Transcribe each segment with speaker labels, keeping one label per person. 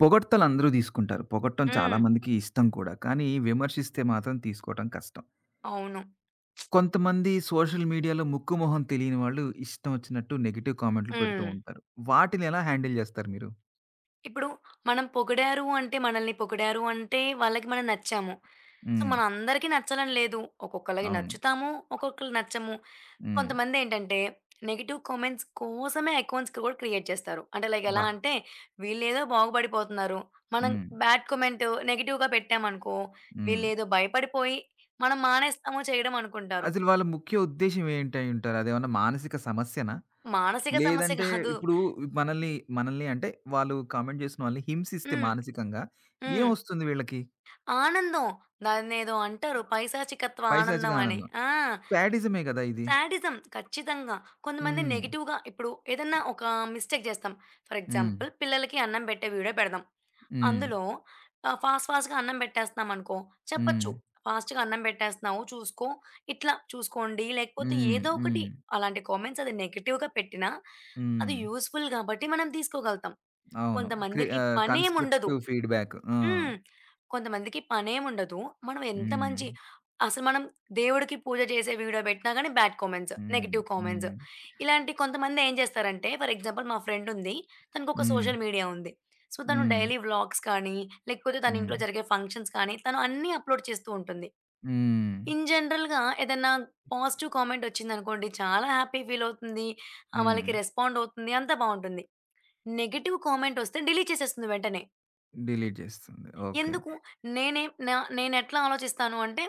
Speaker 1: పొగడ్తలు అందరూ తీసుకుంటారు. పొగట్టం
Speaker 2: హ్మ్.
Speaker 1: చాలామందికి ఇష్టం కూడా. కానీ విమర్శిస్తే మాత్రం తీసుకోవటం కష్టం.
Speaker 2: అవును.
Speaker 1: కొంతమంది సోషల్ మీడియాలో ముక్కు, మొహం తెలియని వాళ్ళు ఇష్టం వచ్చినట్టు నెగెటివ్ కామెంట్లు పెడుతూ
Speaker 2: హ్మ్.
Speaker 1: ఉంటారు. వాటిని ఎలా హ్యాండిల్ చేస్తారు మీరు?
Speaker 2: ఇప్పుడు మనం పొగిడారు అంటే, మనల్ని పొగిడారు అంటే, వాళ్ళకి మనం నచ్చాము. సో,
Speaker 1: హ్మ్.
Speaker 2: మనందరికీ నచ్చాలని లేదు. ఒక్కొక్కళ్ళకి
Speaker 1: అవును.
Speaker 2: నచ్చుతాము, ఒక్కొక్కళ్ళు నచ్చము.
Speaker 1: హ్మ్.
Speaker 2: కొంతమందేంటంటే, నెగెటివ్ కామెంట్స్ కోసమే అకౌంట్స్‌కి కూడా క్రియేట్ చేస్తారు. అంటే లైక్ ఎలా
Speaker 1: అబ్బా!
Speaker 2: అంటే, వీళ్ళేదో బాగుపడిపోతున్నారు. మనం
Speaker 1: హ్మ్.
Speaker 2: బ్యాడ్ కామెంట్ నెగెటివ్‌గా పెట్టామనుకో,
Speaker 1: హ్మ్.
Speaker 2: వీళ్ళేదో భయపడిపోయి, మనం మానేస్తాము చేయడం అనుకుంటారు.
Speaker 1: అసలు వాళ్ళ ముఖ్య ఉద్దేశ్యం ఏంటయ్యుంటారు? అదేమన్నా మానసిక సమస్యనా?
Speaker 2: మానసిక సమస్య
Speaker 1: లేదంటే
Speaker 2: కాదు.
Speaker 1: ఇప్పుడు మనల్ని, మనల్ని అంటే వాళ్ళు కామెంట్ చేసిన వాళ్ళని హింసిస్తే
Speaker 2: హ్మ్.
Speaker 1: మానసికంగా
Speaker 2: హ్మ్.
Speaker 1: ఏమొస్తుంది వీళ్ళకి?
Speaker 2: ఆనందం. దాన్నేదో అంటారు పైశాచికత్వ
Speaker 1: పైశాచిక
Speaker 2: ఆనందం అని.
Speaker 1: ఆనందం.
Speaker 2: ఆ!
Speaker 1: శాడిజమే కదా ఇది.
Speaker 2: సాడిజం ఖచ్చితంగా. కొంతమంది
Speaker 1: హ్మ్.
Speaker 2: నెగెటివ్‌గా ఇప్పుడు ఏదన్నా ఒక మిస్టేక్ చేస్తాం. ఫర్
Speaker 1: హ్మ్.
Speaker 2: ఎగ్జాంపుల్ పిల్లలకి అన్నం పెట్టే వీడియో పెడదాం.
Speaker 1: హ్మ్.
Speaker 2: అందులో ఫాస్ట్ ఫాస్ట్‌గా అన్నం పెట్టేస్తున్నాం అనుకో,
Speaker 1: హ్మ్.
Speaker 2: చెప్పొచ్చు. ఫాస్ట్‌గా అన్నం పెట్టేస్తున్నావు చూసుకో, ఇట్లా చూసుకోండి. లేకపోతే
Speaker 1: హ్మ్.
Speaker 2: ఏదో ఒకటి
Speaker 1: హ్మ్.
Speaker 2: అలాంటి కామెంట్స్ అది నెగెటివ్‌గా పెట్టినా, అది
Speaker 1: హ్మ్.
Speaker 2: యూజ్‌ఫుల్ కాబట్టి మనం తీసుకోగలుగుతాం.
Speaker 1: అవును.
Speaker 2: కొంతమందికి పనేముండదు.
Speaker 1: Constructive feedback. ఆ!
Speaker 2: హ్మ్. కొంతమందికి పనేముండదు. మనం ఎంత
Speaker 1: హ్మ్.
Speaker 2: మంచి అసలు మనం దేవుడికి పూజ చేసే వీడియో పెట్టినా గాని bad comments,
Speaker 1: hmm.
Speaker 2: Negative comments.
Speaker 1: Hmm.
Speaker 2: ఇలాంటి కొంతమందేం చేస్తారంటే ఫర్ ఎగ్జాంపుల్ మా ఫ్రెండ్ ఉంది. తనకొక
Speaker 1: హ్మ్.
Speaker 2: సోషల్ మీడియా ఉంది. సో, తను
Speaker 1: హ్మ్.
Speaker 2: డైలీ వ్లాగ్స్ కానీ, లేకపోతే తన
Speaker 1: హ్మ్.
Speaker 2: ఇంట్లో జరిగే ఫంక్షన్స్ కానీ తను అన్నీ అప్‌లోడ్ చేస్తూ ఉంటుంది.
Speaker 1: హ్మ్.
Speaker 2: ఇన్ జనరల్‌గా ఏదన్నా పాజిటివ్ కామెంట్ వచ్చిందనుకోండి చాలా హ్యాపీ ఫీల్ అవుతుంది.
Speaker 1: హ్మ్.
Speaker 2: వాళ్ళకి రెస్పాండ్ అవుతుంది. అంతా బావుంటుంది. నెగెటివ్ కామెంట్ వస్తే డిలీట్ చేసేస్తుంది వెంటనే.
Speaker 1: డిలీట్ చేస్తుంది. ఓకే.
Speaker 2: ఎందుకు? నేనేం నా నేనెట్లా ఆలోచిస్తాను అంటే,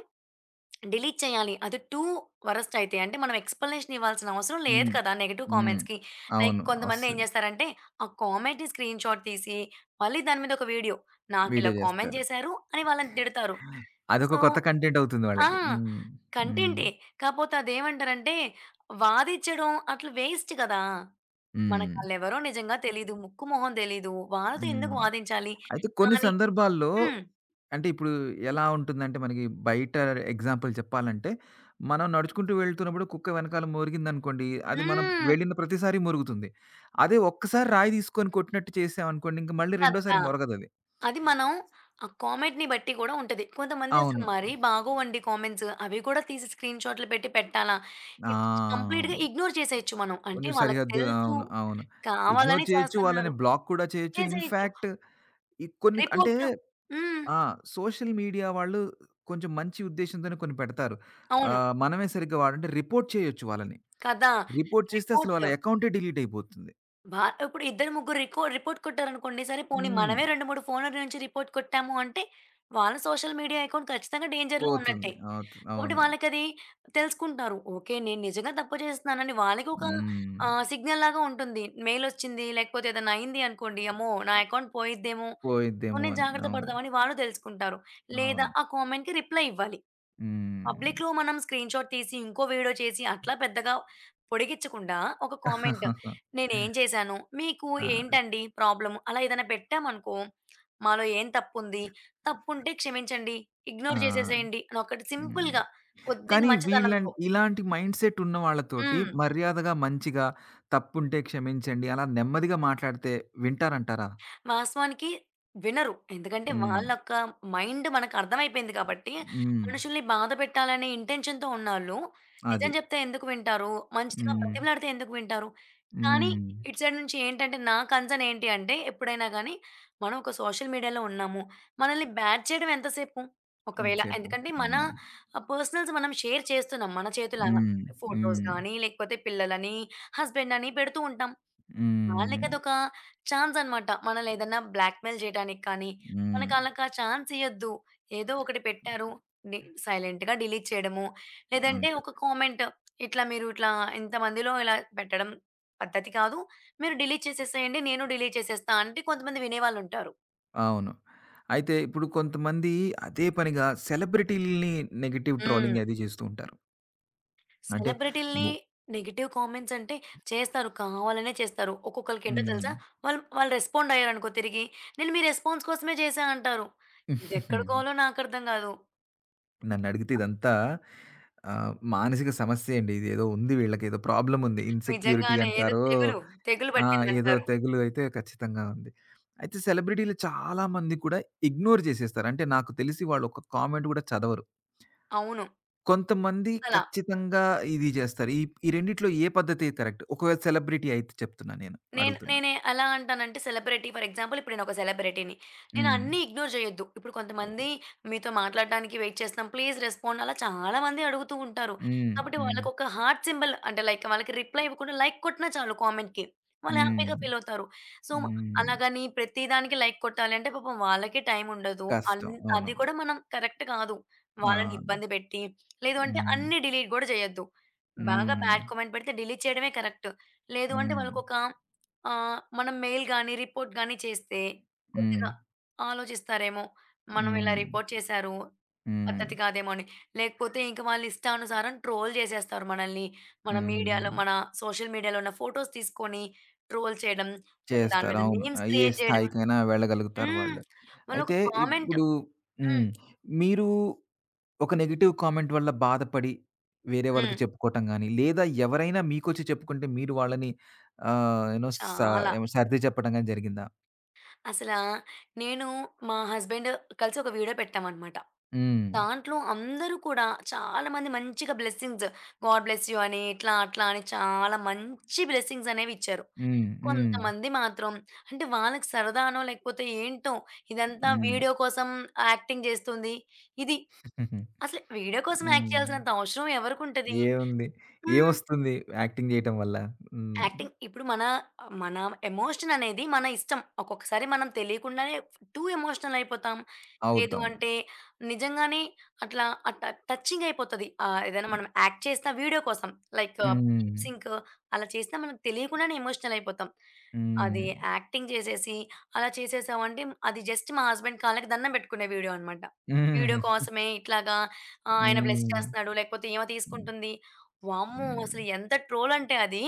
Speaker 2: డిలీట్ చేయాలి. అది టూ వరస్ట్ అయితే. అంటే మనం ఎక్స్‌ప్లనేషన్ ఇవ్వాల్సిన అవసరం లేదు
Speaker 1: హ్మ్.
Speaker 2: కదా! నెగెటివ్
Speaker 1: హ్మ్.
Speaker 2: కామెంట్స్‌కి. లైక్
Speaker 1: అవును.
Speaker 2: కొంతమంది ఏం
Speaker 1: వస్తది.
Speaker 2: చేస్తారంటే, ఆ కామెంట్‌ని స్క్రీన్‌షాట్ తీసి, మళ్ళీ దాని మీద ఒక వీడియో. నాకిలా
Speaker 1: వీడియో
Speaker 2: కామెంట్
Speaker 1: చేస్తారు.
Speaker 2: చేశారు అని వాళ్ళని తిడతారు.
Speaker 1: అదొక
Speaker 2: సో,
Speaker 1: కొత్త కంటెంట్ అవుతుంది
Speaker 2: ఆ!
Speaker 1: వాళ్ళకి. హ్మ్. హ్మ్.
Speaker 2: కంటెంటే. కాపోతే అదేమంటారంటే, వాదిచ్చడం అట్లా వేస్ట్ కదా!
Speaker 1: హ్మ్.
Speaker 2: మనకాళ్ళెవరో నిజంగా తెలీదు. ముక్కు మొహం తెలీదు. వాళ్ళతో ఎందుకు
Speaker 1: హ్మ్.
Speaker 2: వాదించాలి?
Speaker 1: అయితే కొన్ని
Speaker 2: కానీ
Speaker 1: సందర్భాల్లో
Speaker 2: హ్మ్.
Speaker 1: అంటే ఇప్పుడు ఎలా ఉంటుందంటే మనకి బయట ఎగ్జాంపుల్ చెప్పాలంటే, మనం నడుచుకుంటూ వెళ్తున్నప్పుడు కుక్క వెనకాల మోరిగిందనుకోండి, అది మనం
Speaker 2: హ్మ్.
Speaker 1: వెళ్ళిన ప్రతిసారి మొరుగుతుంది. అదే ఒక్కసారి రాయి తీసుకొని కొట్టినట్టు చేసామనుకోండి, ఇంక మళ్ళీ
Speaker 2: కదా!
Speaker 1: రెండోసారి మొరగదది.
Speaker 2: అది మనం ఆ కామెంట్‌ని బట్టి గూడా ఉంటది. కొంతమంది అసలు
Speaker 1: అవును.
Speaker 2: మరీ బాగోవండి కామెంట్స్. అవి కూడా తీసి స్క్రీన్ షాట్లు పెట్టి పెట్టాలా?
Speaker 1: ఆ!
Speaker 2: ఇట్స్ కంప్లీట్‌గా ఇగ్నోర్ చేసేయొచ్చు మనం. అంటే
Speaker 1: కొంచెం
Speaker 2: వాళ్ళకి
Speaker 1: సరిహద్దు
Speaker 2: తెలుసు
Speaker 1: అవును. అవును. ఇగ్నోర్
Speaker 2: కావాలని
Speaker 1: చేయొచ్చు, వాళ్ళని
Speaker 2: చేస్తన్నారు.
Speaker 1: బ్లాక్ కూడా చేయొచ్చు.
Speaker 2: చేసేయొచ్చు.
Speaker 1: ఇన్‌ఫాక్ట్ ఈ కొన్ని అంటే
Speaker 2: రిపోర్ట్ హ్మ్.
Speaker 1: ఆ! సోషల్ మీడియా వాళ్ళు కొంచెం మంచి ఉద్దేశ్యంతోనే కొన్ని పెడతారు.
Speaker 2: అవును.
Speaker 1: మనమే సరిగ్గా వాడంటే రిపోర్ట్ చేయొచ్చు వాళ్ళని.
Speaker 2: కదా!
Speaker 1: రిపోర్ట్ చేస్తే అసలు
Speaker 2: రిపోర్ట్
Speaker 1: వాళ్ళ అకౌంటే డిలీట్ అయిపోతుంది.
Speaker 2: భా ఇప్పుడు ఇద్దరు, ముగ్గురు రిపోర్ట్ కొట్టారనుకోండి. సరే పోనీ
Speaker 1: హ్మ్.
Speaker 2: మనమే 2, 3 ఫోన్‌ల నుంచి రిపోర్ట్ కొట్టాము అంటే, వాళ్ళ సోషల్ మీడియా అకౌంట్ ఖచ్చితంగా డేంజర్‌లో ఉన్నట్టే.
Speaker 1: పోతుంది.
Speaker 2: కాబట్టి
Speaker 1: అవును.
Speaker 2: వాళ్ళకది తెలుసుకుంటారు. ఓకే. నేను నిజంగా తప్పు చేస్తున్నానని వాళ్ళకి ఒక
Speaker 1: హ్మ్.
Speaker 2: సిగ్నల్‌లాగా ఉంటుంది. మెయిలొచ్చింది, లేకపోతే ఏదైనా అయింది అనుకోండి. అమ్మో! నా అకౌంట్ పోయిద్దేమో!
Speaker 1: పోయిద్దేమో
Speaker 2: పోనీ
Speaker 1: అని.
Speaker 2: జాగ్రత్త
Speaker 1: అవును.
Speaker 2: పడదామని వాళ్ళు తెలుసుకుంటారు. లేదా
Speaker 1: అవును.
Speaker 2: ఆ కామెంట్‌కి రిప్లై ఇవ్వాలి.
Speaker 1: హ్మ్.
Speaker 2: పబ్లిక్‌లో మనం స్క్రీన్‌షాట్ తీసి, ఇంకో వీడియో చేసి అట్లా పెద్దగా పొడిగించకుండా ఒక కామెంట్ నేనేం చేశాను, మీకు
Speaker 1: ఆ!
Speaker 2: ఏంటండి ప్రాబ్లమ్ అలా ఏదైనా పెట్టామనుకో, మాలో ఏం తప్పుంది, తప్పుంటే క్షమించండి,
Speaker 1: ఆ!
Speaker 2: ఇగ్నోర్ చేసేసేయండి అని ఒకటి
Speaker 1: హ్మ్.
Speaker 2: సింపుల్‌గా కొద్దిగా
Speaker 1: కానీ
Speaker 2: మంచితనంతో.
Speaker 1: ఇలాంటి మైండ్ సెట్ ఉన్న వాళ్ళతోటి
Speaker 2: హ్మ్.
Speaker 1: మర్యాదగా, మంచిగా తప్పుంటే క్షమించండి అలా నెమ్మదిగా మాట్లాడితే వింటారంటారా?
Speaker 2: వాస్తవానికి వినరు. ఎందుకంటే
Speaker 1: హ్మ్.
Speaker 2: వాళ్ళొక మైండ్ మనకర్థమైపోయింది కాబట్టి,
Speaker 1: హ్మ్.
Speaker 2: మనుషుల్ని బాధ పెట్టాలనే ఇంటెన్షన్‌తో ఉన్నోళ్ళు నిజం
Speaker 1: అది.
Speaker 2: చెప్తే ఎందుకు వింటారు? మంచిగా
Speaker 1: హ్మ్.
Speaker 2: బ్రతిమలాడితే ఎందుకు వింటారు? కానీ
Speaker 1: హ్మ్.
Speaker 2: ఇటు సైడ్ నుంచి ఏంటంటే నా కన్సర్న్ ఏంటి అంటే ఎప్పుడైనా గానీ మనం ఒక సోషల్ మీడియాలో ఉన్నాము. మనల్ని బ్యాడ్ చేయడం ఎంతసేపు? ఒకవేళ
Speaker 1: ఎంతసేపు.
Speaker 2: ఎందుకంటే మన
Speaker 1: హ్మ్.
Speaker 2: పర్సనల్స్ మనం షేర్ చేస్తున్నాం మన చేతులారా.
Speaker 1: హ్మ్.
Speaker 2: ఫోటోస్
Speaker 1: హ్మ్.
Speaker 2: గానీ, లేకపోతే పిల్లలని, హస్బెండ్ అని పెడుతూ ఉంటాం.
Speaker 1: హ్మ్.
Speaker 2: వాళ్ళకదొక ఛాన్స్ అనమాట. మనల్ని ఏదన్నా బ్లాక్‌మెయిల్ చేయడానికి కానీ,
Speaker 1: హ్మ్.
Speaker 2: మనకు ఆళ్ళకి ఆ ఛాన్స్ ఇయ్యొద్దు. ఏదో ఒకటి పెట్టారు. డి సైలెంట్‌గా డిలీట్ చేయడము. లేదంటే
Speaker 1: అంతే.
Speaker 2: ఒక కామెంట్ ఇట్లా మీరు ఇట్లా ఇంతమందిలో ఇలా పెట్టడం పద్ధతి కాదు. మీరు డిలీట్ చేసేసేయండి. నేను డిలీట్ చేసేస్తా అంటే కొంతమంది వినేవాళ్ళుంటారు.
Speaker 1: అవును. అయితే ఇప్పుడు కొంతమంది అదే పనిగా సెలబ్రిటీలని నెగెటివ్
Speaker 2: హ్మ్.
Speaker 1: ట్రోలింగ్ అది చేస్తూ ఉంటారు. అంటే
Speaker 2: సెలబ్రిటీలని
Speaker 1: ము
Speaker 2: నెగెటివ్ కామెంట్స్ అంటే చేస్తారు. కావాలనే చేస్తారు. ఒక్కొక్కళ్ళకేంటో
Speaker 1: హ్మ్.
Speaker 2: తెలుసా? వాళ్ళు వాళ్ళు రెస్పాండ్ అయ్యారనుకో తిరిగి, "నేను మీ రెస్పాన్స్ కోసమే చేశా" అంటారు. ఇదెక్కడికోలో నాకర్థం గాదు.
Speaker 1: నన్నడిగితే ఇదంతా మానసిక సమస్యే అండి. ఇదేదో ఉంది వీళ్ళకేదో ప్రాబ్లమ్ ఉంది. ఇన్‌సెక్యూరిటీ
Speaker 2: నిజంగానే ఏదో
Speaker 1: అంటారో
Speaker 2: తెగులు, తెగులు
Speaker 1: ఆ! ఏదో
Speaker 2: పట్టిందంటారు.
Speaker 1: తెగులు అయితే ఖచ్చితంగా ఉంది. అయితే సెలబ్రిటీలు చాలా మంది కూడా ఇగ్నోర్ చేసేస్తారు. అంటే నాకు తెలిసి వాళ్ళు ఒక కామెంట్ కూడా చదవరు.
Speaker 2: అవును.
Speaker 1: కొంతమంది
Speaker 2: అసల
Speaker 1: ఖచ్చితంగా ఇది చేస్తారు. ఈ ఈ రెండిట్లో ఏ పద్ధతి కరెక్ట్? ఒకవేళ సెలబ్రిటీ అయితే చెప్తున్నా నేను
Speaker 2: నేను
Speaker 1: అడుగుతున్నా.
Speaker 2: నేనే ఎలా అంటానంటే సెలబ్రిటీ ఫర్ ఎగ్జాంపుల్ ఇప్పుడు నేనొక సెలబ్రిటీని. నేను
Speaker 1: హ్మ్.
Speaker 2: అన్నీ ఇగ్నోర్ చేయొద్దు. ఇప్పుడు కొంతమంది మీతో మాట్లాడడానికి వెయిట్ చేస్తున్నాం. ప్లీజ్ రెస్పాండ్ అలా చాలా మంది అడుగుతూ ఉంటారు.
Speaker 1: హ్మ్.
Speaker 2: కాబట్టి
Speaker 1: హ్మ్.
Speaker 2: వాళ్ళకొక హార్ట్ సింబల్ అంటే లైక్ వాళ్ళకి రిప్లై ఇవ్వకుండా లైక్ కొట్టినా చాలు కామెంట్‌కి. వాళ్ళు
Speaker 1: హ్మ్.
Speaker 2: హ్యాపీగా ఫీల్ అవుతారు. సో,
Speaker 1: హ్మ్.
Speaker 2: అలాగని ప్రతి దానికి లైక్ కొట్టాలి అంటే పాపం వాళ్ళకే టైం ఉండదు.
Speaker 1: కష్టం. అవును.
Speaker 2: అది కూడా మనం కరెక్ట్ కాదు.
Speaker 1: ఆ!
Speaker 2: వాళ్ళని ఇబ్బంది పెట్టి, లేదు అంటే
Speaker 1: హ్మ్.
Speaker 2: అన్నీ డిలీట్ గూడా చేయొద్దు. బాగా
Speaker 1: హ్మ్.
Speaker 2: బ్యాడ్ కామెంట్ పెడితే డిలీట్ చేయడమే కరెక్ట్. లేదు అంటే
Speaker 1: హ్మ్.
Speaker 2: వాళ్ళకొక మనం మెయిల్ గాని, రిపోర్ట్ గాని చేస్తే
Speaker 1: హ్మ్.
Speaker 2: కొద్దిగా ఆలోచిస్తారేమో. మనం ఇలా
Speaker 1: హ్మ్.
Speaker 2: రిపోర్ట్ చేశారు.
Speaker 1: హ్మ్.
Speaker 2: పద్ధతి కాదేమో అని. లేకపోతే ఇంక వాళ్ళు ఇష్టానుసారం ట్రోల్ చేసేస్తారు మనల్ని. మన
Speaker 1: హ్మ్.
Speaker 2: మీడియాలో మన సోషల్ మీడియాలో ఉన్న ఫోటోస్ తీసుకొని ట్రోల్ చేయడం. లేకపోతే దాని
Speaker 1: చేస్తారు.
Speaker 2: మీద
Speaker 1: అవును.
Speaker 2: మీమ్స్
Speaker 1: ఏ
Speaker 2: క్రియేట్ చేయడం.
Speaker 1: స్థాయికైనా వెళ్ళగలుగుతారు
Speaker 2: హ్మ్.
Speaker 1: వాళ్ళు.
Speaker 2: వాళ్ళొక
Speaker 1: అయితే
Speaker 2: కామెంట్
Speaker 1: ఇప్పుడు
Speaker 2: హ్మ్.
Speaker 1: హ్మ్. మీరు ఒక నెగెటివ్ కామెంట్ వల్ల బాధపడి వేరే వాళ్ళకి
Speaker 2: హ్మ్.
Speaker 1: చెప్పుకోవటం గాని, లేదా ఎవరైనా మీకొచ్చి చెప్పుకుంటే మీరు వాళ్ళని ఆహ్, యూ నో స
Speaker 2: చాలా.
Speaker 1: ఏమో సర్ది చెప్పడం గాని జరిగిందా?
Speaker 2: అసలా నేను మా హస్బెండ్ కలిసి ఒక వీడియో పెట్టామనమాట.
Speaker 1: హ్మ్.
Speaker 2: దాంట్లో అందరూ కూడా చాలామంది మంచిగా బ్లెస్సింగ్స్ గాడ్ బ్లెస్ యూ అని ఇట్లా, అట్లా అని చాలా మంచి బ్లెస్సింగ్స్ అనేవిచ్చారు.
Speaker 1: హ్మ్. హ్మ్.
Speaker 2: కొంతమంది మాత్రం అంటే వాళ్ళకి సరదానో లేకపోతే ఏంటో ఇదంతా
Speaker 1: హ్మ్.
Speaker 2: వీడియో కోసం యాక్టింగ్ జేస్తుంది. ఇది
Speaker 1: హ్మ్.
Speaker 2: అసలు వీడియో కోసం యాక్ట్ చేయాల్సినంత అవసరం ఎవరికుంటది?
Speaker 1: ఏముంది?
Speaker 2: హ్మ్.
Speaker 1: ఏమొస్తుంది యాక్టింగ్ చేయటం వల్ల? హ్మ్.
Speaker 2: యాక్టింగ్ ఇప్పుడు మన మన ఎమోషన్ అనేది మన ఇష్టం. ఒక్కొక్కసారి మనం తెలియకుండానే టూ ఎమోషనల్ అయిపోతాం. లేదు
Speaker 1: అవుతాం.
Speaker 2: అంటే నిజంగానే అట్లా ఆ ట టచింగ్ అయిపోతది. ఏదైనా మనం యాక్ట్ చేసిన వీడియో కోసం లైక్
Speaker 1: హ్మ్.
Speaker 2: లిప్ సింక్ అలా చేసినా మనకు తెలియకుండానే ఎమోషనల్ అయిపోతాం. అది
Speaker 1: హ్మ్.
Speaker 2: యాక్టింగ్ చేసేసి అలా చేసేసామంటే అది జస్ట్ మా హస్బెండ్ కాళ్ళకి దండం పెట్టుకునే వీడియో అనమాట. వీడియో
Speaker 1: హ్మ్.
Speaker 2: కోసమే ఇట్లాగా ఆయన బ్లెస్
Speaker 1: హ్మ్.
Speaker 2: చేస్తున్నాడు లేకపోతే ఈమె
Speaker 1: హ్మ్.
Speaker 2: తీసుకుంటుంది. వామ్మో!
Speaker 1: హ్మ్.
Speaker 2: అసలు ఎంత ట్రోల్ అంటే అది.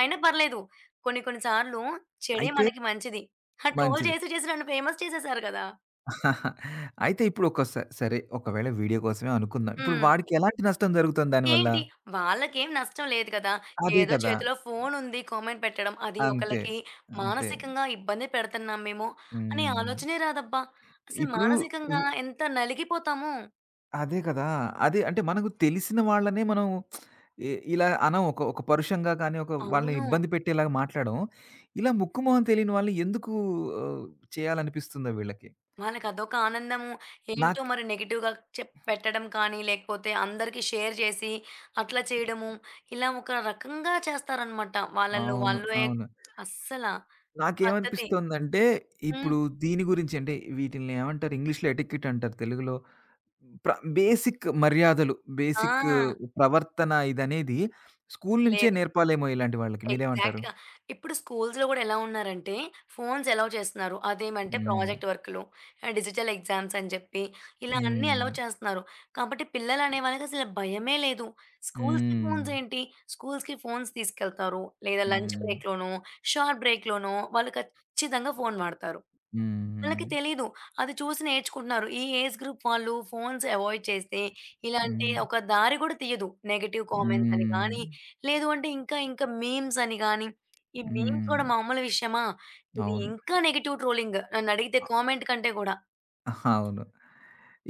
Speaker 2: అయినా పర్లేదు. కొన్ని కొన్ని సార్లు చెడే
Speaker 1: అయితే
Speaker 2: మనకి మంచిది. ఆ ట్రోల్
Speaker 1: మంచిది.
Speaker 2: చేసి చేసి నన్ను ఫేమస్ చేసేసారు కదా!
Speaker 1: అయితే ఇప్పుడు ఒక స సరే ఒకవేళ వీడియో కోసమే అనుకుందాం. ఇప్పుడు
Speaker 2: హ్మ్.
Speaker 1: వాడికి ఎలాంటి నష్టం జరుగుతుంది దానివల్ల?
Speaker 2: ఏంటి వాళ్ళకేం నష్టం లేదు కదా!
Speaker 1: అదే
Speaker 2: ఏదో
Speaker 1: కదా!
Speaker 2: చేతిలో ఫోనుంది కామెంట్ పెట్టడం. అది
Speaker 1: అంతే.
Speaker 2: ఒకళ్ళకి
Speaker 1: అంతే.
Speaker 2: మానసికంగా ఇబ్బంది పెడుతున్నాం మేము అనే
Speaker 1: హ్మ్.
Speaker 2: ఆలోచనే రాదబ్బా! అసలు
Speaker 1: ఇప్పుడు వ్
Speaker 2: మానసికంగా ఎంత నలిగిపోతామో.
Speaker 1: అదే కదా! అదే అంటే మనకు తెలిసిన వాళ్ళనే మనం ఇలా అనం. ఒక ఒక పరుషంగా కానీ, ఒక వాళ్ళని
Speaker 2: అవును.
Speaker 1: ఇబ్బంది పెట్టేలాగా మాట్లాడం. ఇలా ముక్కు మొహం తెలియని వాళ్ళని ఎందుకు ఆహ్, చేయాలనిపిస్తుందో వీళ్ళకి?
Speaker 2: వాళ్ళకదొక ఆనందము. ఏంటో
Speaker 1: నాక్
Speaker 2: మరి నెగెటివ్‌గా పెట్టడం కానీ, లేకపోతే అందరికి షేర్ చేసి, అట్లా చేయడము. ఇలా ఒక రకంగా చేస్తారనమాట. వాళ్ళలో హ్మ్.
Speaker 1: అవును.
Speaker 2: వాళ్ళే
Speaker 1: అవును.
Speaker 2: అస్సల పద్ధతి.
Speaker 1: నాకేమనిపిస్తోందంటే,
Speaker 2: హ్మ్.
Speaker 1: ఇప్పుడు దీని గురించి అంటే వీటిల్ని ఏమంటారు? ఇంగ్లీష్‌లో ఎటికెట్ అంటారు. తెలుగులో ప్ర బేసిక్ మర్యాదలు, బేసిక్
Speaker 2: ఆ!
Speaker 1: ప్రవర్తన ఇదనేది స్కూల్ నుంచే
Speaker 2: లేదు.
Speaker 1: నేర్పాలేమో ఇలాంటి వాళ్ళకి. మీరేమంటారు?
Speaker 2: ఎగ్జాక్ట్‌గా. ఇప్పుడు స్కూల్స్‌లో గూడా ఎలా ఉన్నారంటే, ఫోన్స్ ఎలౌ చేస్తున్నారు. అదేమంటే
Speaker 1: హ్మ్.
Speaker 2: ప్రాజెక్ట్ వర్కులు, డిజిటల్ ఎగ్జామ్స్ అని జెప్పి, ఇలా అన్నీ ఎలౌ
Speaker 1: హ్మ్.
Speaker 2: చేస్తున్నారు. కాబట్టి పిల్లలనే వాళ్ళకసలు భయమే లేదు. స్కూల్స్‌కి
Speaker 1: హ్మ్.
Speaker 2: ఫోన్స్ ఏంటి? స్కూల్స్‌కి ఫోన్స్ తీసుకెళ్తారు. లేదా లంచ్
Speaker 1: హ్మ్.
Speaker 2: బ్రేక్‌లోనో, షార్ట్ బ్రేక్‌లోనో వాళ్ళు ఖచ్చితంగా ఫోను వాడతారు.
Speaker 1: హ్మ్.
Speaker 2: వాళ్ళకి తెలీదు. అది చూసి నేర్చుకుంటున్నారు. ఈ ఏజ్ గ్రూప్ వాళ్ళు ఫోన్స్ అవాయిడ్ చేస్తే, ఇలాంటి
Speaker 1: హ్మ్.
Speaker 2: ఒక దారి గూడా తీయదు. నెగెటివ్ కామెంట్స్ అని
Speaker 1: హ్మ్.
Speaker 2: గానీ, లేదు అంటే ఇంకా ఇంకా మీమ్స్ అని గానీ, ఈ మీమ్స్
Speaker 1: హ్మ్.
Speaker 2: కూడా మామూలు విషయమా? ఇది
Speaker 1: అవును.
Speaker 2: ఇంకా నెగెటివ్ ట్రోలింగ్ నన్నడిగితే కామెంట్ కంటే గూడా.
Speaker 1: అహా! అవును.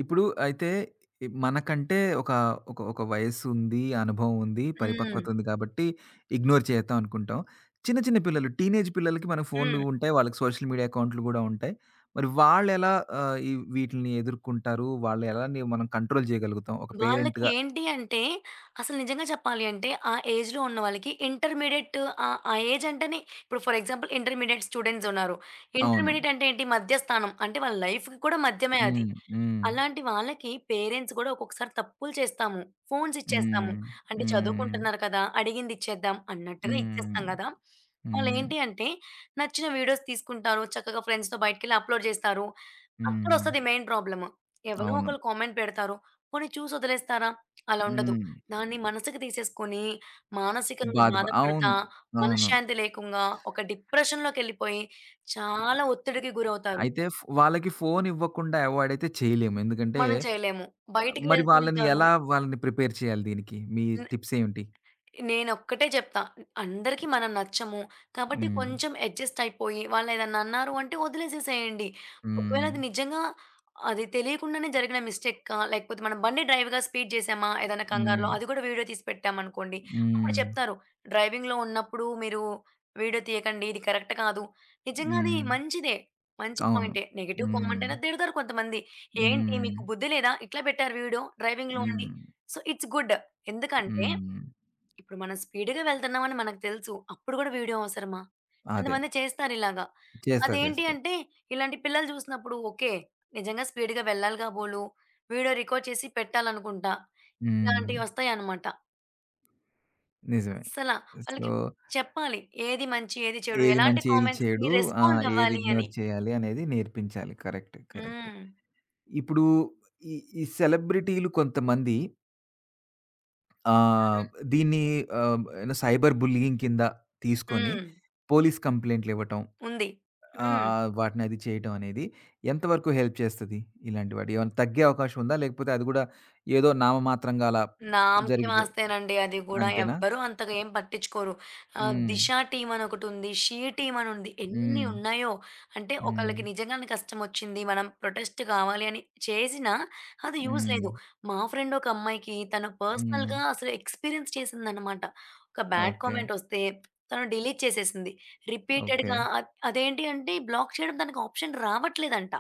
Speaker 1: ఇప్పుడు అయితే మనకంటే ఒక వయస్సుంది, అనుభవం ఉంది,
Speaker 2: హ్మ్.
Speaker 1: పరిపక్వత ఉంది కాబట్టి ఇగ్నోర్ చేద్దాం అనుకుంటాం. చిన్న చిన్న పిల్లలు, టీనేజ్ పిల్లలకి మనకు ఫోన్లు
Speaker 2: హ్మ్.
Speaker 1: ఉంటాయి. వాళ్ళకి సోషల్ మీడియా అకౌంట్‌లు గూడా ఉంటాయి. మరి వాళ్ళెలా ఆహ్, ఈ వీటిల్ని ఎదుర్కుంటారు? వాళ్ళు ఎలా ని మనం కంట్రోల్ చేయగలుగుతాం ఒక
Speaker 2: వాళ్ళకి
Speaker 1: పేరెంట్‌గా?
Speaker 2: ఏంటి అంటే, అసలు నిజంగా చెప్పాలి అంటే, ఆ ఏజ్‌లో ఉన్న వాళ్ళకి ఇంటర్మీడియేట్ ఆ ఏజ్ అంటేనే ఇప్పుడు ఫర్ ఎగ్జాంపుల్ ఇంటర్మీడియేట్ స్టూడెంట్స్ ఉన్నారు.
Speaker 1: అవును.
Speaker 2: ఇంటర్మీడియేట్ అంటే ఏంటి? మధ్య స్థానం. అంటే వాళ్ళ లైఫ్‌కి కూడా మధ్యమే అది.
Speaker 1: హ్మ్. హ్మ్.
Speaker 2: అలాంటి వాళ్ళకి పేరెంట్స్ గూడా ఒక్కొక్కసారి తప్పులు చేస్తాము. ఫోన్స్ ఇచ్చేస్తాము.
Speaker 1: హ్మ్.
Speaker 2: అంటే
Speaker 1: హ్మ్.
Speaker 2: చదువుకుంటున్నారు కదా! అడిగింది ఇచ్చేద్దాం అన్నట్టుగా
Speaker 1: హ్మ్.
Speaker 2: ఇచ్చేస్తాం గదా!
Speaker 1: హ్మ్.
Speaker 2: వాళ్ళేంటి అంటే నచ్చిన వీడియోస్ తీసుకుంటారు. చక్కగా ఫ్రెండ్స్‌తో బయటికెళ్ళి అప్‌లోడ్ జేస్తారు.
Speaker 1: హ్మ్.
Speaker 2: అక్కడొస్తది మెయిన్ ప్రాబ్లమ్. ఎవరో
Speaker 1: అవును.
Speaker 2: ఒకళ్ళు కామెంట్ పెడతారు. పోనీ చూసి వదిలేస్తారా? అలా ఉండదు.
Speaker 1: హ్మ్.
Speaker 2: దాన్ని మనసుకి తీసేసుకొని మానసికంగా
Speaker 1: బాధ.
Speaker 2: బాధపడతా,
Speaker 1: అవును. అవును.
Speaker 2: మనశ్శాంతి లేకుండా ఒక డిప్రెషన్‌లోకెళ్ళిపోయి చాలా ఒత్తిడికి గురవుతారు.
Speaker 1: అయితే వాళ్ళకి ఫోను ఇవ్వకుండా అవాయిడ్ అయితే చేయలేము. ఎందుకంటే
Speaker 2: మనం చేయలేము. బయటికి
Speaker 1: మరి
Speaker 2: వెళ్తూ
Speaker 1: వాళ్ళని
Speaker 2: ఉంటారు.
Speaker 1: ఎలా వాళ్ళని ప్రిపేర్ చేయాలి దీనికి? మీ టిప్స్ ఏంటి?
Speaker 2: నేనొక్కటే జెప్తా. అందరికీ మనం నచ్చము. కాబట్టి
Speaker 1: హ్మ్.
Speaker 2: కొంచెం అడ్జస్ట్ అయిపోయి వాళ్ళేదన్నా అన్నారు అంటే వదిలేసేసేయండి. ఒకవేళ
Speaker 1: హ్మ్.
Speaker 2: అది నిజంగా అది తెలియకుండానే జరిగిన మిస్టేకా, లేకపోతే మనం బండి డ్రైవ్‌గా స్పీడ్ చేసామా ఏదైనా కంగారులో,
Speaker 1: హ్మ్.
Speaker 2: అది కూడా వీడియో తీసి పెట్టామనుకోండి. అప్పుడు
Speaker 1: హ్మ్.
Speaker 2: చెప్తారు, "డ్రైవింగ్‌లో ఉన్నప్పుడు మీరు వీడియో తీయకండి. ఇది కరెక్ట్ కాదు." నిజంగా అది
Speaker 1: హ్మ్.
Speaker 2: మంచిదే. మంచి
Speaker 1: అవును.
Speaker 2: పాయింటే. నెగెటివ్ కామెంట్
Speaker 1: హ్మ్.
Speaker 2: అయినా తిడతారు కొంతమంది. "ఏంటి
Speaker 1: హ్మ్.
Speaker 2: మీకు బుద్ధి లేదా? ఇట్లా పెట్టారు వీడియో డ్రైవింగ్‌లో ఉండి."
Speaker 1: హ్మ్.
Speaker 2: So, it's good. ఎందుకంటే
Speaker 1: హ్మ్.
Speaker 2: ఇప్పుడు మనం స్పీడ్‌గా వెళ్తున్నామని మనకు తెలుసు. అప్పుడు గూడా వీడియో అవసరమా?
Speaker 1: అదే.
Speaker 2: కొంతమంది చేస్తారిలాగా.
Speaker 1: చేస్తారు.
Speaker 2: అదేంటి
Speaker 1: చేస్తారు.
Speaker 2: అంటే ఇలాంటి పిల్లలు చూసినప్పుడు ఓకే. నిజంగా స్పీడ్‌గా వెళ్ళాలిగా బోలు. వీడియో రికార్డ్ చేసి పెట్టాలనుకుంటా.
Speaker 1: హ్మ్.
Speaker 2: ఇలాంటివొస్తాయన్నమాట.
Speaker 1: నిజమే.
Speaker 2: అస్సల
Speaker 1: సో,
Speaker 2: వాళ్ళకి చెప్పాలి. ఏది మంచి, ఏది చెడు,
Speaker 1: ఏది
Speaker 2: ఎలాంటి
Speaker 1: మంచి, ఏది చెడు,
Speaker 2: కామెంట్స్‌కి
Speaker 1: ఆ!
Speaker 2: రెస్పాండ్
Speaker 1: ఏది
Speaker 2: అవ్వాలి
Speaker 1: ఇగ్నోర్
Speaker 2: అని.
Speaker 1: చేయాలి అనేది నేర్పించాలి. కరెక్ట్. కరెక్ట్.
Speaker 2: హ్మ్.
Speaker 1: ఇప్పుడు ఈ ఈ సెలబ్రిటీలు కొంతమంది ఆ!
Speaker 2: హ్మ్.
Speaker 1: దీన్ని ఏదో సైబర్ బుల్లీయింగ్ కింద తీసుకొని
Speaker 2: హ్మ్.
Speaker 1: పోలీస్ కంప్లెయింట్‌లివ్వటం.
Speaker 2: ఉంది.
Speaker 1: ఆహ్,
Speaker 2: హ్మ్.
Speaker 1: ఆహ్, వాటిని అది చేయటం అనేది ఎంతవరకు హెల్ప్ చేస్తది? ఇలాంటి వాటి ఏమైనా తగ్గే అవకాశం ఉందా? లేకపోతే అది గూడా ఏదో నామమాత్రంగా అలా
Speaker 2: నామకే
Speaker 1: జరిగిపో
Speaker 2: వాస్తేనండి అది కూడా.
Speaker 1: అంతేనా?
Speaker 2: ఎవ్వరు అంతగా ఏం పట్టించుకోరు.
Speaker 1: హ్మ్.
Speaker 2: దిశ టీమ్ అని ఒకటుంది. 'షీ టీమ్' అని ఉంది. ఎన్ని
Speaker 1: హ్మ్.
Speaker 2: ఉన్నాయో. అంటే
Speaker 1: హ్మ్.
Speaker 2: ఒకళ్ళకి నిజంగానే కష్టమొచ్చింది. మనం ప్రొటెస్ట్ కావాలి అని చేసినా అది యూజ్
Speaker 1: హ్మ్.
Speaker 2: లేదు. మా ఫ్రెండ్ ఒక అమ్మాయికి తను
Speaker 1: హ్మ్.
Speaker 2: పర్సనల్‌గా అసలు ఎక్స్‌పీరియన్స్ చేసిందనమాట. ఒక బ్యాడ్
Speaker 1: ఓకే.
Speaker 2: కామెంటొస్తే తను డిలీట్ చేసేసింది.
Speaker 1: ఓకే.
Speaker 2: రిపీటెడ్‌గా అదేంటి అంటే బ్లాక్ చేయడం దానికి ఆప్షన్ రావట్లేదంట.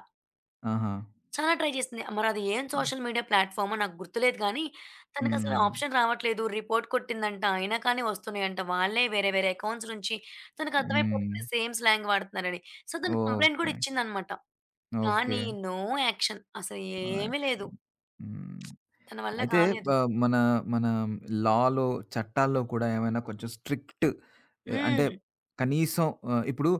Speaker 1: ఆహా!
Speaker 2: చాలా ట్రై చేసింది. మరది ఏం సోషల్ మీడియా ప్లాట్‌ఫార్మో నాకు గుర్తులేదు గానీ, తనకసలు
Speaker 1: హ్మ్.
Speaker 2: ఆప్షన్ రావట్లేదు. రిపోర్ట్ కొట్టిందంట. అయినా కానీ వస్తున్నాయంట. వాళ్ళే వేరే వేరే అకౌంట్స్ నుంచి
Speaker 1: హ్మ్.
Speaker 2: తనకర్థమైపోతుంది సేమ్ స్లాంగ్ వాడుతున్నారని. సో, తను కంప్లెయింట్
Speaker 1: ఓకే.
Speaker 2: కూడా ఇచ్చిందనమాట.
Speaker 1: ఓకే.
Speaker 2: కానీ నో యాక్షన్. అసలు
Speaker 1: ఆ!
Speaker 2: ఏమీ లేదు.
Speaker 1: యాక్షన్. హ్మ్.
Speaker 2: తన వల్ల
Speaker 1: అయితే
Speaker 2: కాలేదు.
Speaker 1: ఆహ్, మన మన లాలో, చట్టాల్లో కూడా ఏమైనా కొంచెం స్ట్రిక్ట్ అంటే
Speaker 2: హ్మ్.
Speaker 1: కనీసం ఇప్పుడు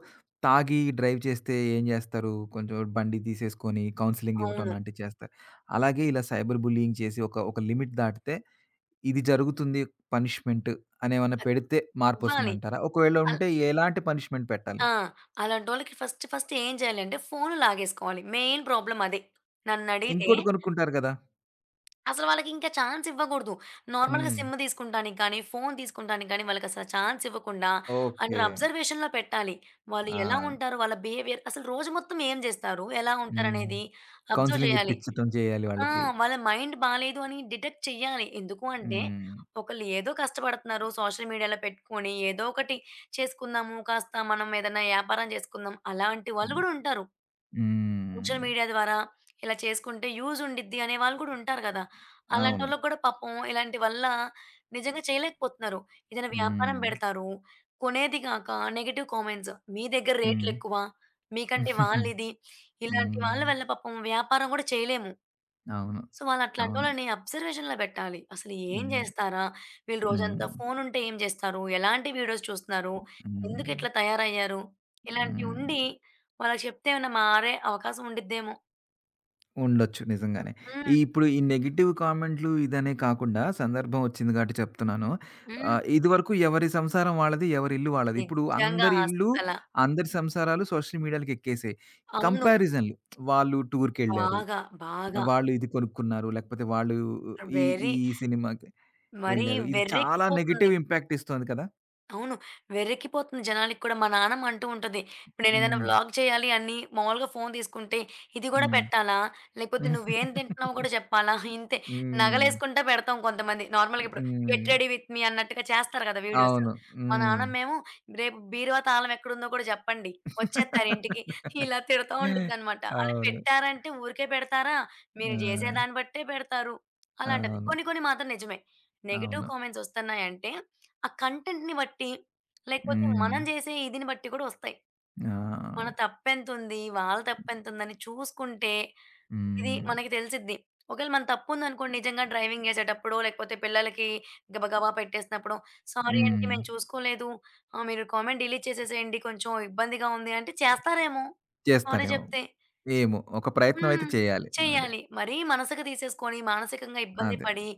Speaker 1: తాగి డ్రైవ్ చేస్తే ఏం జేస్తారు? కొంచెం బండి తీసేసుకొని కౌన్సెలింగ్ ఇవ్వటం
Speaker 2: అవును.
Speaker 1: లాంటివి చేస్తారు. అలాగే ఇలా సైబర్ బుల్లీయింగ్ చేసి ఒక ఒక లిమిట్ దాటితే ఇది జరుగుతుంది పనిష్మెంట్ అనేమన్నా
Speaker 2: అది
Speaker 1: పెడితే
Speaker 2: ఇవ్వాలి.
Speaker 1: మార్పొస్తుందంటారా? ఒకవేళ
Speaker 2: అల్
Speaker 1: ఉంటే ఎలాంటి పనిష్మెంట్ పెట్టాలి?
Speaker 2: ఆ! అలాంటోళ్ళకి ఫస్ట్ ఫస్ట్ ఏం చేయాలంటే ఫోను లాగేసుకోవాలి. మెయిన్ ప్రాబ్లమ్ అదే. నన్నడిగితే
Speaker 1: ఇంకోటి కొనుక్కుంటారు గదా!
Speaker 2: అసలు వాళ్ళకింకా ఛాన్స్ ఇవ్వకూడదు. నార్మల్‌గా
Speaker 1: హ్మ్.
Speaker 2: సిమ్ తీసుకుంటానికి కానీ, ఫోను తీసుకుంటానికి కానీ వాళ్ళకసలు ఛాన్స్ ఇవ్వకుండా
Speaker 1: ఓకే.
Speaker 2: అండర్ అబ్జర్వేషన్‌లో పెట్టాలి. వాళ్ళు ఎలా
Speaker 1: ఆ!
Speaker 2: ఉంటారు? వాళ్ళ బిహేవియర్ అసలు రోజు మొత్తం ఏం జేస్తారు? ఎలా
Speaker 1: హ్మ్.
Speaker 2: ఉంటారనేది అబ్జర్వ్
Speaker 1: కౌన్సెలింగ్
Speaker 2: చేయాలి.
Speaker 1: ఇప్పించటం చేయాలి
Speaker 2: ఆ!
Speaker 1: వాళ్ళకి.
Speaker 2: వాళ్ళ మైండ్ బాలేదు అని డిటెక్ట్ చెయ్యాలి. ఎందుకు అంటే,
Speaker 1: హ్మ్.
Speaker 2: ఒకళ్ళు ఏదో కష్టపడుతున్నారు సోషల్ మీడియాలో పెట్టుకొని, ఏదో ఒకటి చేసుకుందాము, కాస్త మనం ఏదైనా వ్యాపారం చేసుకుందాం అలాంటి వాళ్ళు
Speaker 1: హ్మ్.
Speaker 2: గూడా ఉంటారు.
Speaker 1: హ్మ్.
Speaker 2: సోషల్ మీడియా ద్వారా ఇలా చేసుకుంటే యూజ్ ఉండిద్ది అనే వాళ్ళు కూడా ఉంటారు కదా! హ్మ్.
Speaker 1: అవును.
Speaker 2: అలాంటోళ్ళకి కూడా పాపం ఇలాంటి వల్ల నిజంగా చేయలేకపోతున్నారు. ఏదైనా వ్యాపారం
Speaker 1: హ్మ్.
Speaker 2: పెడతారు. కొనేది గాక నెగెటివ్ కామెంట్స్. మీ దగ్గర
Speaker 1: హ్మ్. హ్మ్.
Speaker 2: రేట్లెక్కువ. మీకంటే వాళ్ళిది. ఇలాంటి వాళ్ళ వల్ల పాపం వ్యాపారం కూడా చేయలేము.
Speaker 1: అవును.
Speaker 2: సో, వాళ్ళు
Speaker 1: అవును.
Speaker 2: అట్లాంటోళ్ళని అబ్జర్వేషన్‌లో పెట్టాలి. అసలు ఏం
Speaker 1: హ్మ్.
Speaker 2: చేస్తారా? వీళ్ళు
Speaker 1: హ్మ్.
Speaker 2: రోజంతా ఫోను ఉంటే ఏం చేస్తారు? ఎలాంటి వీడియోస్ చూస్తున్నారు?
Speaker 1: హ్మ్.
Speaker 2: ఎందుకిట్లా తయారయ్యారు? ఇలాంటివి
Speaker 1: హ్మ్.
Speaker 2: ఉండి వాళ్ళకి చెప్తే ఏమైనా మారే అవకాశం ఉండిద్దేమో!
Speaker 1: ఉండొచ్చు నిజంగానే. ఈ
Speaker 2: హ్మ్.
Speaker 1: ఇప్పుడు ఈ నెగెటివ్ కామెంట్లు ఇదనే కాకుండా సందర్భం వచ్చింది కాబట్టి చెప్తున్నాను.
Speaker 2: హ్మ్.
Speaker 1: ఇదివరకు ఎవరి సంసారం వాళ్ళది, ఎవరి ఇల్లు వాళ్ళది. ఇప్పుడు
Speaker 2: నిజంగా
Speaker 1: అందరి ఇల్లు,
Speaker 2: అస్సల.
Speaker 1: అందరి సంసారాలు సోషల్ మీడియాలకి ఎక్కేసాయి.
Speaker 2: అవును.
Speaker 1: కంపారిజన్‌లు వాళ్ళు టూర్‌కెళ్ళారు.
Speaker 2: బాగా. బాగా.
Speaker 1: వాళ్ళు ఇది కొనుక్కున్నారు. లేకపోతే వాళ్ళు ఈ
Speaker 2: వెర్రి
Speaker 1: ఈ సినిమాకి
Speaker 2: మరీ
Speaker 1: వెళ్లారు. ఇది చాలా నెగెటివ్
Speaker 2: వెర్రెక్కిపోతుంది.
Speaker 1: ఇంపాక్ట్ ఇస్తోంది కదా!
Speaker 2: అవును. వెర్రెక్కిపోతుంది జనాలకి కూడా. మా నాన్నమ్మ అంటూ ఉంటది. ఇప్పుడు నేనేదైనా
Speaker 1: హ్మ్.
Speaker 2: వ్లాగ్ చేయాలి అని మామూలుగా ఫోను తీసుకుంటే, ఇది గూడా
Speaker 1: హ్మ్.
Speaker 2: పెట్టాలా? లేకపోతే నువ్వేం తింటున్నావో గూడా చెప్పాలా? ఇంతే
Speaker 1: హ్మ్.
Speaker 2: నగలేసుకుంటా పెడతాం కొంతమంది. నార్మల్‌గా ఇప్పుడు గెట్
Speaker 1: హ్మ్.
Speaker 2: రెడీ విత్ మీ అన్నట్టుగా చేస్తారు గదా! వీడియోస్.
Speaker 1: అవును.
Speaker 2: మా
Speaker 1: హ్మ్.
Speaker 2: నాన్నమ్మేమో రేపు బీరువా తాళం ఎక్కడుందో గూడా జెప్పండి. వచ్చేత్తారు ఇంటికి. ఇలా తిడతా ఉండిద్దనమాట. అలా
Speaker 1: అవును.
Speaker 2: పెట్టారంటే ఊరికే పెడతారా?
Speaker 1: ఆ!
Speaker 2: మీరు జేసే దాన్ని బట్టే పెడతారు. అలా అంటది.
Speaker 1: అవును.
Speaker 2: కొన్ని కొన్ని మాత్రం నిజమే. నెగెటివ్
Speaker 1: అవును.
Speaker 2: కామెంట్స్ ఒస్తున్నాయంటే ఆ కంటెంట్‌ని బట్టి, లేకపోతే
Speaker 1: హ్మ్.
Speaker 2: మనం జేసే ఇదిని బట్టి కూడా ఒస్తాయి. మన
Speaker 1: ఆ!
Speaker 2: తప్పెంతుంది, వాళ్ళ తప్పెంతుందని చూసుకుంటే, ఇది
Speaker 1: హ్మ్.
Speaker 2: మనకి తెలిసిద్ది. ఒకవేళ మన తప్పుందనుకోండి నిజంగా డ్రైవింగ్ జేసేటప్పుడో, లేకపోతే పిల్లలకి గబగబా పెట్టేసినప్పుడో, "సారీ అండి
Speaker 1: హ్మ్.
Speaker 2: మేము చూసుకోలేదు. మీరు కామెంట్ డిలీట్ చేసేసేయండి. కొంచెం ఇబ్బందిగా ఉంది" అంటే చేస్తారేమో సారీ
Speaker 1: చేస్తారేమో!
Speaker 2: జెప్తే.
Speaker 1: ఏమో! ఒక ప్రయత్నం అయితే
Speaker 2: హ్మ్.
Speaker 1: చేయాలి. అదే.
Speaker 2: చెయ్యాలి. మరీ మనసుకి తీసేసుకొని, మానసికంగా ఇబ్బంది
Speaker 1: అదే.
Speaker 2: పడి,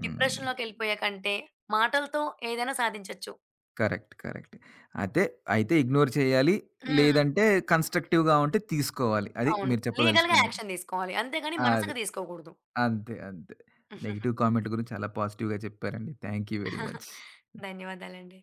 Speaker 1: హ్మ్.
Speaker 2: డిప్రెషన్‌లోకెళ్ళిపోయే కంటే, మాటలతో ఏదైనా సాధించొచ్చు.
Speaker 1: కరెక్ట్. కరెక్ట్. అదే. అయితే ఇగ్నోర్ చేయాలి.
Speaker 2: హ్మ్.
Speaker 1: లేదంటే కన్‌స్ట్రక్టివ్‌గా ఉంటే తీసుకోవాలి. అది
Speaker 2: అవును.
Speaker 1: మీరు
Speaker 2: లీగల్‌గా
Speaker 1: చెప్పదలుచుకుంది.
Speaker 2: యాక్షన్ తీసుకోవాలి. అంతేగాని
Speaker 1: అది.
Speaker 2: మనసుకు తీసుకోకూడదు.
Speaker 1: అంతే. అంతే. నెగెటివ్ కామెంట్‌ల గురించి చాలా పాజిటివ్‌గా చెప్పారండి. Thank you very much.
Speaker 2: ధన్యవాదాలండి.